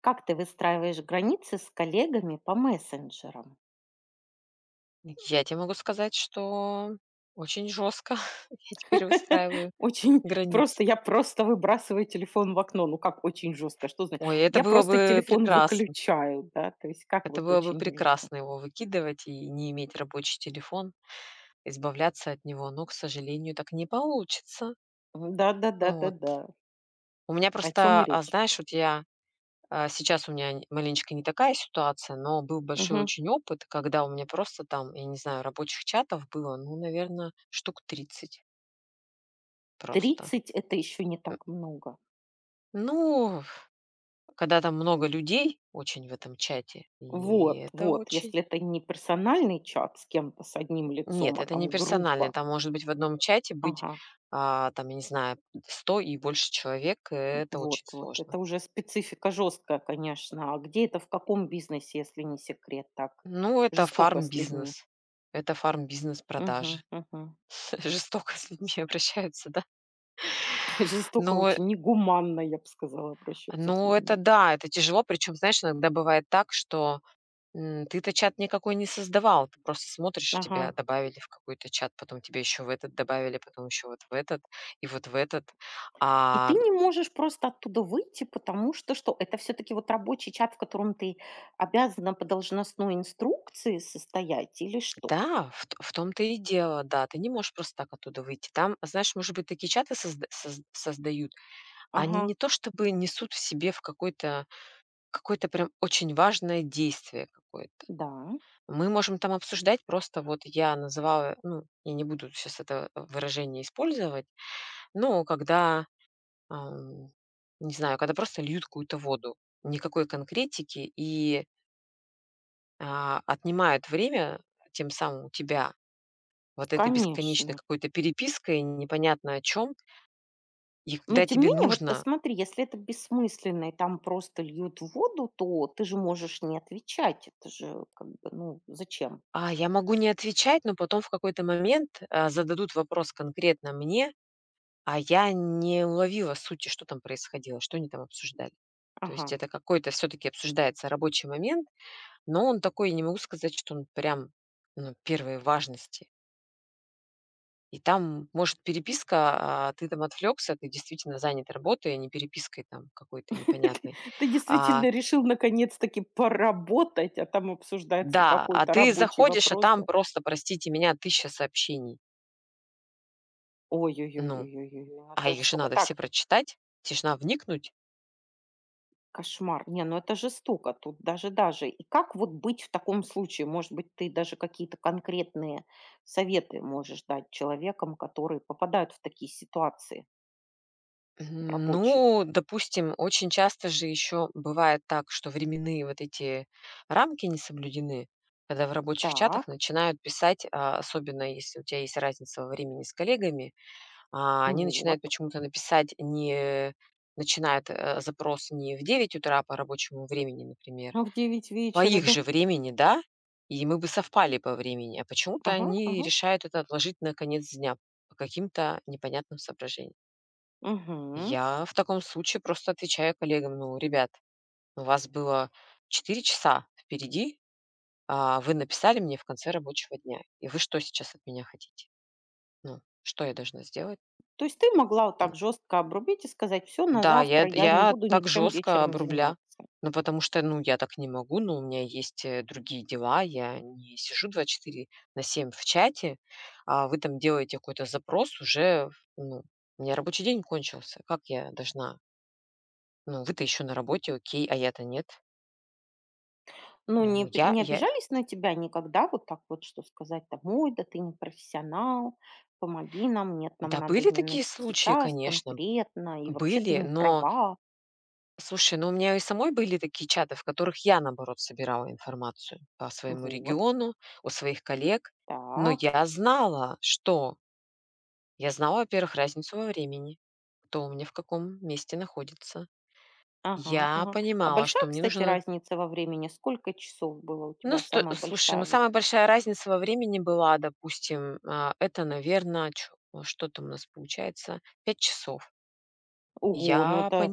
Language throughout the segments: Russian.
Как ты выстраиваешь границы с коллегами по мессенджерам? Я тебе могу сказать, что очень жестко я теперь выстраиваю Очень границы. просто. Я просто выбрасываю телефон в окно. Ну, как очень жестко? Что значит? Ой, это Я было просто бы телефон прекрасно. выключаю, да? То есть как Это вот было бы очень жестко? прекрасно его выкидывать и не иметь рабочий телефон, избавляться от него, но, к сожалению, так не получится. Вот. Да-да-да-да-да. У меня О чем просто, и речь? знаешь, вот я сейчас у меня маленечко не такая ситуация, но был большой Мгм. очень опыт, когда у меня просто там, я не знаю, рабочих чатов было, ну, наверное, штук 30 просто. 30 это еще не М, так много. Ну, когда там много людей очень в этом чате, и Вот, это вот. очень... Если это не персональный чат с кем-то, с одним лицом, Нет, а это не там персонально. группа. Там может быть в одном чате быть, Ага. Там, я не знаю, 100 и больше человек. И это вот очень вот. сложно. Это уже специфика жесткая, конечно. А где это, в каком бизнесе, если не секрет, так? Ну, это Жестоко с людьми. фарм-бизнес. Это фарм-бизнес Мгм, продажи. мгм. Жестоко с людьми обращаются, да. Жестоко Но очень, негуманно, я бы сказала, обращаются с но это людьми. да, это тяжело. Причем, знаешь, иногда бывает так, что... Ты-то чат никакой не создавал, ты просто смотришь, и тебя Ага. добавили в какой-то чат, потом тебя еще в этот добавили, потом еще вот в этот и вот в этот. И ты А, не можешь просто оттуда выйти, потому что что? Это все-таки вот рабочий чат, в котором ты обязана по должностной инструкции состоять или что? да, в том-то и дело, да, ты не можешь просто так оттуда выйти. Там, знаешь, может быть, такие чаты создают, а они Ага, не то чтобы несут в себе в какое-то прям очень важное действие какое-то. да, Мы можем там обсуждать просто, вот я называла, ну, я не буду сейчас это выражение использовать, но когда Ам, не знаю, когда просто льют какую-то воду, никакой конкретики и, отнимают время тем самым у тебя вот этой бесконечной конечно. какой-то перепиской непонятно о чем. И Но когда тем не тебе менее, вот нужно: смотри, если это бессмысленно и там просто льют воду, то ты же можешь не отвечать. Это же как бы, ну, зачем? "А, я могу не отвечать", но потом в какой-то момент, зададут вопрос конкретно мне, а я не уловила сути, что там происходило, что они там обсуждали. То есть Ага. это какой-то все таки обсуждается рабочий момент, но он такой, не могу сказать, что он прям, ну, первой важности. И там, может, переписка, а ты там отвлекся, ты действительно занят работой, а не перепиской там какой-то Ты непонятной. ты А, действительно решил наконец-таки поработать, а там обсуждается да, а какой-то ты рабочий заходишь, а вопрос, там да? просто, простите меня, 1000 сообщений. Ну, Ой-ой-ой-ой-ой, ну а это их же жестоко. надо все Так, прочитать, те вникнуть. кошмар. Не, ну это жестоко, тут даже-даже. И как вот быть в таком случае? Может быть, ты даже какие-то конкретные советы можешь дать человекам, которые попадают в такие ситуации рабочие? Ну, допустим, очень часто же еще бывает так, что временные вот эти рамки не соблюдены, когда в рабочих чатах Так, начинают писать, особенно если у тебя есть разница во времени с коллегами. Они вот. начинают почему-то написать не начинают, запрос не в 9 утра по рабочему времени, например, А в 9 по вечера, их да? же времени, да, и мы бы совпали по времени, а почему-то Ага, они ага. решают это отложить на конец дня по каким-то непонятным соображениям. Мгм. Я в таком случае просто отвечаю коллегам: "Ну, ребят, у вас было 4 часа впереди, а вы написали мне в конце рабочего дня. И вы что сейчас от меня хотите? Ну, что я должна сделать?" То есть ты могла вот так жестко обрубить и сказать: все, на Да, я завтра я не я буду так ничем жестко об вечером рубля. заниматься". Ну, потому что, ну, я так не могу, но у меня есть, другие дела. Я не сижу 24/7 в чате, а вы там делаете какой-то запрос уже, ну, у меня рабочий день кончился. Как я должна? Ну, вы-то еще на работе, окей, а я-то нет. Ну, Ну, не п я не я обижались на тебя никогда вот так вот, что сказать там: да ты не профессионал, помоги нам, нет, нам Да, надо были именно такие случаи, сейчас конечно, конкретно, и вообще ты были, не но... права". Слушай, ну у меня и самой были такие чаты, в которых я, наоборот, собирала информацию по своему Вот региону, у своих коллег. Но так. я знала, во-первых, разницу во времени, кто у меня в каком месте находится. Ага, Я ага. А понимала, большая, что мне кстати, нужно... разница во времени? Сколько часов было у Ну, тебя самая слушай, ну большая вот. самая большая разница во времени была, допустим, это, наверное, что там у нас получается, 5 часов. Ого, Я ну это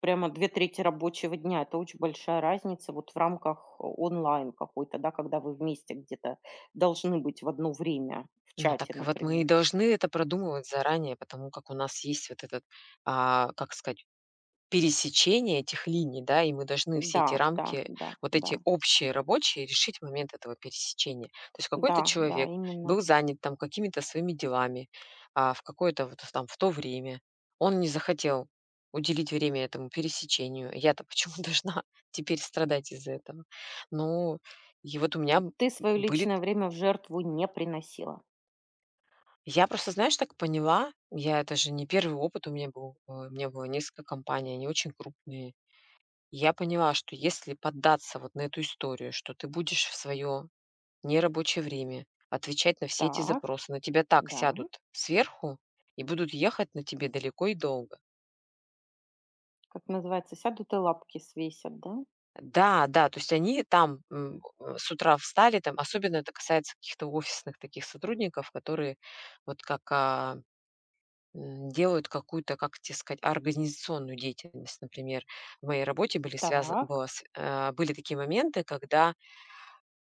прямо 2 трети рабочего дня. Это очень большая разница вот в рамках онлайн какой-то, да, когда вы вместе где-то должны быть в одно время в Ну чате, так вот мы и например. должны это продумывать заранее, потому как у нас есть вот этот, как сказать, пересечение этих линий, да, и мы должны все эти Да, да, рамки, да, вот да, эти общие рабочие, решить в момент этого пересечения. То есть какой-то да, да, человек именно. был занят там какими-то своими делами, в какое-то вот там в то время. Он не захотел уделить время этому пересечению. Я-то почему должна теперь страдать из-за этого? Ну, и вот у меня Ты свое были... личное время в жертву не приносила. Я просто, знаешь, так поняла, я это же не первый опыт у меня был, у меня было несколько компаний, они очень крупные. Я поняла, что если поддаться вот на эту историю, что ты будешь в свое нерабочее время отвечать на все эти Так, запросы, на тебя так да. сядут сверху и будут ехать на тебе далеко и долго. Как называется, сядут и лапки свесят, да? Да, да, то есть они там, с утра встали, там особенно это касается каких-то офисных таких сотрудников, которые вот как, делают какую-то, как тебе сказать, организационную деятельность. Например, в моей работе были связаны, Так, было с а, были такие моменты, когда,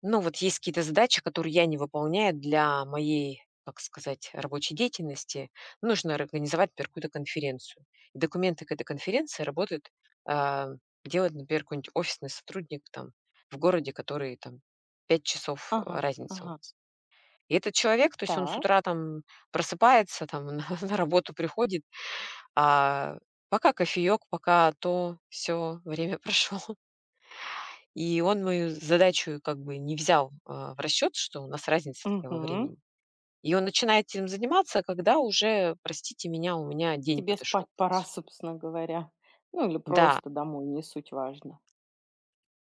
ну, вот есть какие-то задачи, которые я не выполняю для моей, как сказать, рабочей деятельности. Нужно организовать, например, какую-то конференцию. И документы к этой конференции работают, а, делает, например, какой-нибудь офисный сотрудник там в городе, который там 5 часов ага, разница у ага, нас. И этот человек, то есть он с так, утра там просыпается, там на работу приходит, а пока кофеек, пока то, все время прошло. И он мою задачу как бы не взял, в расчет, что у нас разница такая во мгм. времени. И он начинает этим заниматься, когда уже, простите меня, у меня день Тебе подошел спать к пора, концу. собственно говоря. Ну или Да, просто домой, не суть важно.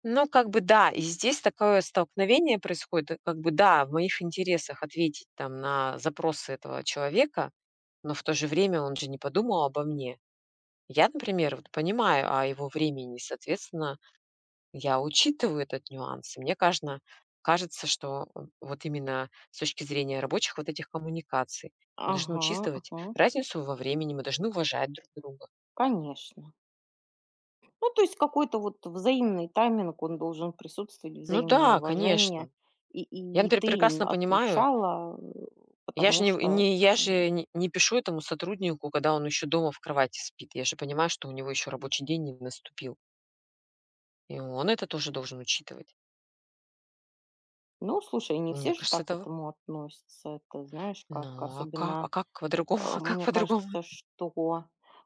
ну как бы да, и здесь такое столкновение происходит, как бы да, в моих интересах ответить там на запросы этого человека, но в то же время он же не подумал обо мне. Я, например, вот понимаю о его времени, соответственно. Я учитываю этот нюанс. И мне кажется, что в вот именно с точки зрения рабочих вот этих коммуникаций мы должны Ага, учитывать ага, разницу во времени, мы должны уважать друг друга. конечно. Ну, то есть какой-то вот взаимный тайминг, он должен присутствовать, Ну взаимное да, уважение. конечно. И, Я, и например, ты не прекрасно понимаю, отвечала, я же потому не что... не я э, же не не пишу этому сотруднику, когда он еще дома в кровати спит. Я же понимаю, что у него еще рабочий день не наступил, и он это тоже должен учитывать. Ну, слушай, не Мне все же кажется, так к этого. этому относятся. Это знаешь, как Ну, а как а особенно, как по-другому, а как мне по-другому... кажется, что...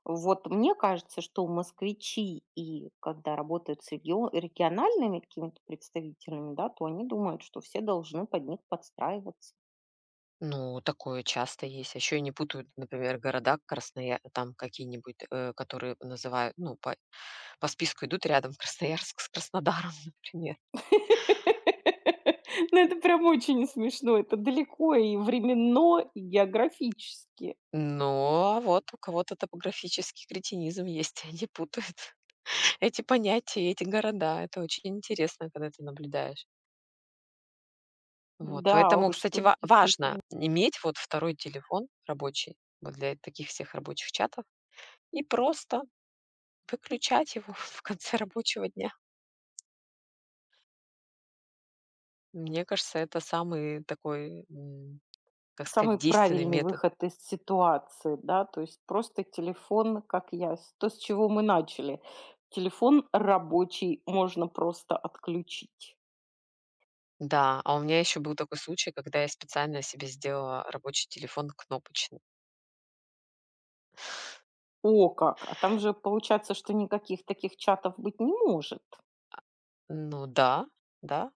Вот мне кажется, что москвичи, и когда работают с региональными какими-то представителями, да, то они думают, что все должны под них подстраиваться. Ну, такое часто есть. А еще и не путают, например, города Красноя там какие-нибудь, которые называют, ну, по списку идут рядом Красноярск с Краснодаром, например. Ну, это прям очень смешно. Это далеко и временно, и географически. Но а вот у кого-то топографический кретинизм есть, и они путают эти понятия, эти города. Это очень интересно, когда ты наблюдаешь. Вот, Да поэтому, уж, кстати, тут важно действительно иметь вот второй телефон рабочий, вот для таких всех рабочих чатов, и просто выключать его в конце рабочего дня. Мне кажется, это самый такой, как сказать, самый действенный правильный метод. выход из ситуации, да, то есть просто телефон, как я, с чего мы начали. Телефон рабочий можно просто отключить. Да, а у меня еще был такой случай, когда я специально себе сделала рабочий телефон кнопочный. О, как! А там же получается, что никаких таких чатов быть не может. Ну да, да.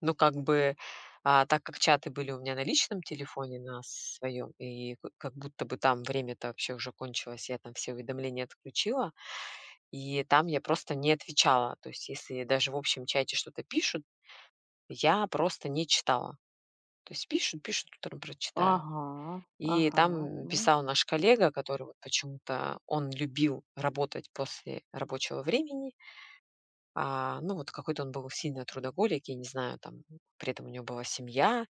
Ну как бы, так как чаты были у меня на личном телефоне, на своем, и как будто бы там время-то вообще уже кончилось, я там все уведомления отключила, и там я просто не отвечала. То есть если даже в общем чате что-то пишут, я просто не читала. То есть пишут, пишут, утром прочитаю. Ага, И ага. там Ну, писал наш коллега, который вот почему-то он любил работать после рабочего времени. Ну, вот какой-то он был сильно трудоголик, я не знаю, там при этом у него была семья,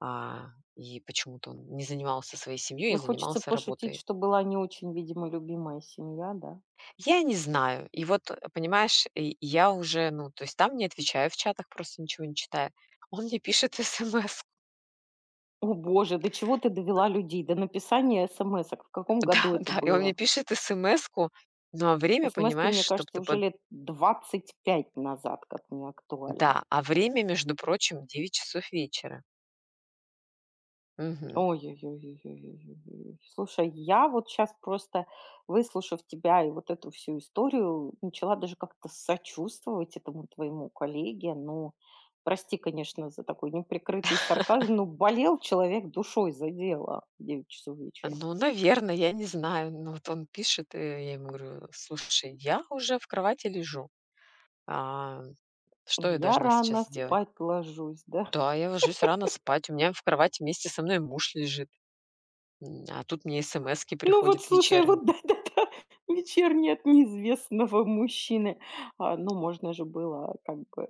а, и почему-то он не занимался своей семьей, а ну, хочется занимался пошутить, работой. что была не очень, видимо, любимая семья, да? Я не знаю. И вот, понимаешь, и я уже, ну, то есть там не отвечаю в чатах, просто ничего не читаю. Он мне пишет СМС. О боже, до чего ты довела людей? До написания смс-ок. В каком Да, году это да, и он мне было? пишет СМС-ку, ну, а время, Смски, понимаешь, мне чтобы кажется, ты... уже лет 25 назад, как не актуально. Да, а время, между прочим, 9 часов вечера. Мгм. Ой ой ой ой ой ой ой Слушай, я вот сейчас просто, выслушав тебя и вот эту всю историю, начала даже как-то сочувствовать этому твоему коллеге. Ну, прости, конечно, за такой неприкрытый сарказм, но болел человек душой за дело в 9 часов вечера. Ну, наверное, я не знаю. Ну, вот он пишет, и я ему говорю: "Слушай, я уже в кровати лежу. А, что я Я должна сейчас рано сделать?" спать ложусь, да. "Да, я ложусь рано спать. У меня в кровати вместе со мной муж лежит, а тут мне СМС-ки Ну вот, приходят слушай, вот вечерние". да-да-да, вечерний от неизвестного мужчины. А, ну, можно же было как бы.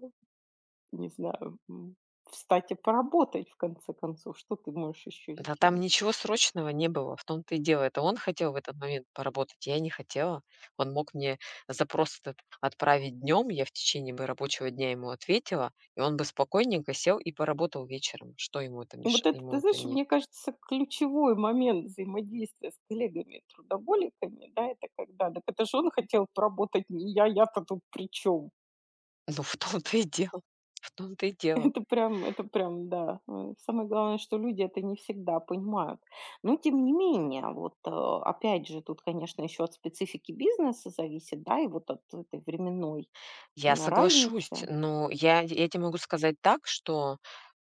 Не знаю, встать и поработать, в конце концов. Что ты можешь еще Да там сделать? ничего срочного не было, в том-то и дело. Это он хотел в этот момент поработать, я не хотела. Он мог мне запрос этот отправить днем, я в течение бы рабочего дня ему ответила, и он бы спокойненько сел и поработал вечером. Что ему это И вот мешает? это, Ему ты это знаешь, не... мне кажется, ключевой момент взаимодействия с коллегами-трудоголиками, да, это когда, так это же он хотел поработать, не я, я-то тут при чем? Ну, в том-то и дело. В том-то и дело. Это прям, да. Самое главное, что люди это не всегда понимают. Но, тем не менее, вот опять же, тут, конечно, еще от специфики бизнеса зависит, да, и вот от этой временной Я соглашусь, разницы. но я тебе могу сказать так, что,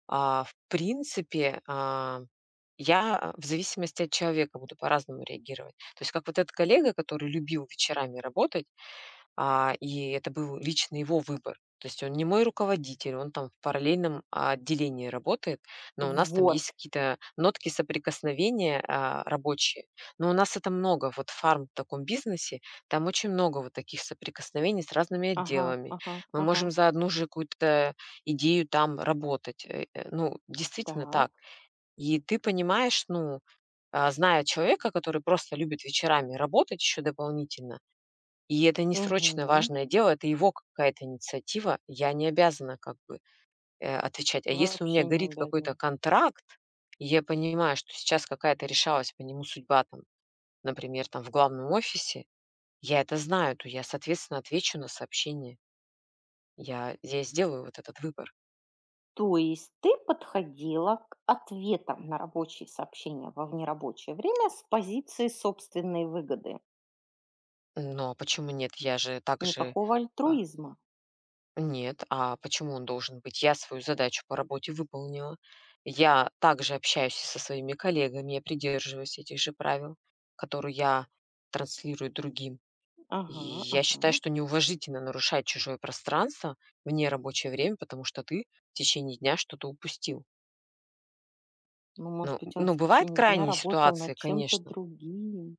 в принципе, я в зависимости от человека буду по-разному реагировать. То есть как вот этот коллега, который любил вечерами работать. И это был лично его выбор. То есть он не мой руководитель, он там в параллельном отделении работает, но у нас там Вот. есть какие-то нотки соприкосновения рабочие. Но у нас это много, вот фарм в таком бизнесе, там очень много вот таких соприкосновений с разными Ага, отделами. ага, Мы ага. можем за одну же какую-то идею там работать. Ну, действительно Так. так. И ты понимаешь, ну, зная человека, который просто любит вечерами работать еще дополнительно, и это не срочно Мгм. важное дело, это его какая-то инициатива, я не обязана как бы, отвечать. А если у меня Вообще не горит какой-то обязана. контракт, и я понимаю, что сейчас какая-то решалась по нему судьба там, например, там в главном офисе, я это знаю, то я, соответственно, отвечу на сообщение. Я сделаю вот этот выбор. То есть ты подходила к ответам на рабочие сообщения во внерабочее время с позиции собственной выгоды. Но почему нет? Я же также, Никакого а, альтруизма. нет, а почему он должен быть? Я свою задачу по работе выполнила. Я также общаюсь и со своими коллегами, я придерживаюсь этих же правил, которые я транслирую другим. И Ага, я считаю, ага. что неуважительно нарушать чужое пространство в нерабочее время, потому что ты в течение дня что-то упустил. Ну, может Ну, быть, он ну, в бывают течение дня крайние работал над ситуации, чем-то конечно, другим.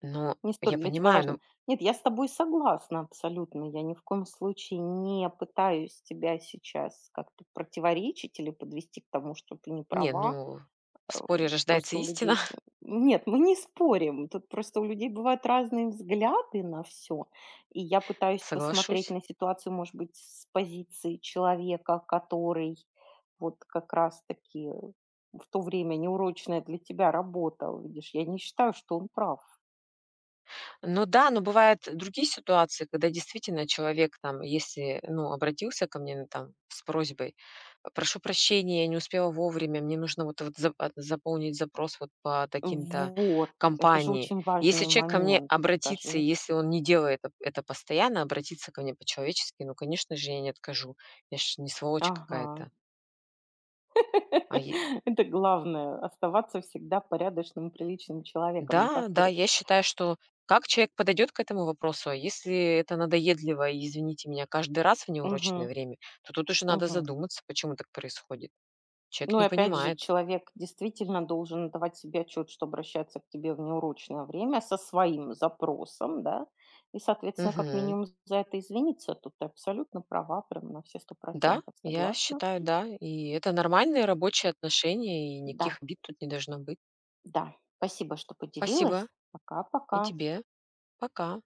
но Не столь я для тебя понимаю, ну, важным. Нет, я с тобой согласна абсолютно. Я ни в коем случае не пытаюсь тебя сейчас как-то противоречить или подвести к тому, что ты не не, права. ну, в э, споре рождается просто у истина, людей. Нет, мы не спорим. Тут просто у людей бывают разные взгляды на все. И я пытаюсь посмотреть соглашусь. на ситуацию, может быть, с позиции человека, который вот как раз-таки в то время неурочная для тебя работа, видишь, я не считаю, что он прав. Ну да, но бывают другие ситуации, когда действительно человек там, если, ну, обратился ко мне, ну, там, с просьбой: "Прошу прощения, я не успела вовремя, мне нужно вот заполнить запрос вот по таким-то Вот, это же компании". очень Если важный человек ко мне момент, обратится, и скажи. если он не делает эт это постоянно, обратиться ко мне по-человечески, ну, конечно же, я не откажу. Я же не сволочь Ага. какая-то. А е Это главное, оставаться всегда порядочным, приличным человеком, не Да, да, поспоришь. я считаю, что как человек подойдет к этому вопросу, а если это надоедливо, и, извините меня, каждый раз в неурочное Мгм. время, то тут уже надо Мгм. задуматься, почему так происходит. Человек Ну и не опять же, понимает. человек действительно должен давать себе отчет, что обращаться к тебе в неурочное время со своим запросом, да, и, соответственно, как Мгм. минимум за это извиниться. Тут ты абсолютно права, прям на все сто Да, процентов я согласна. считаю, да. И это нормальные рабочие отношения, и Да, никаких обид тут не должно быть. да. Спасибо, что Спасибо. поделилась. И Пока-пока. тебе. Пока.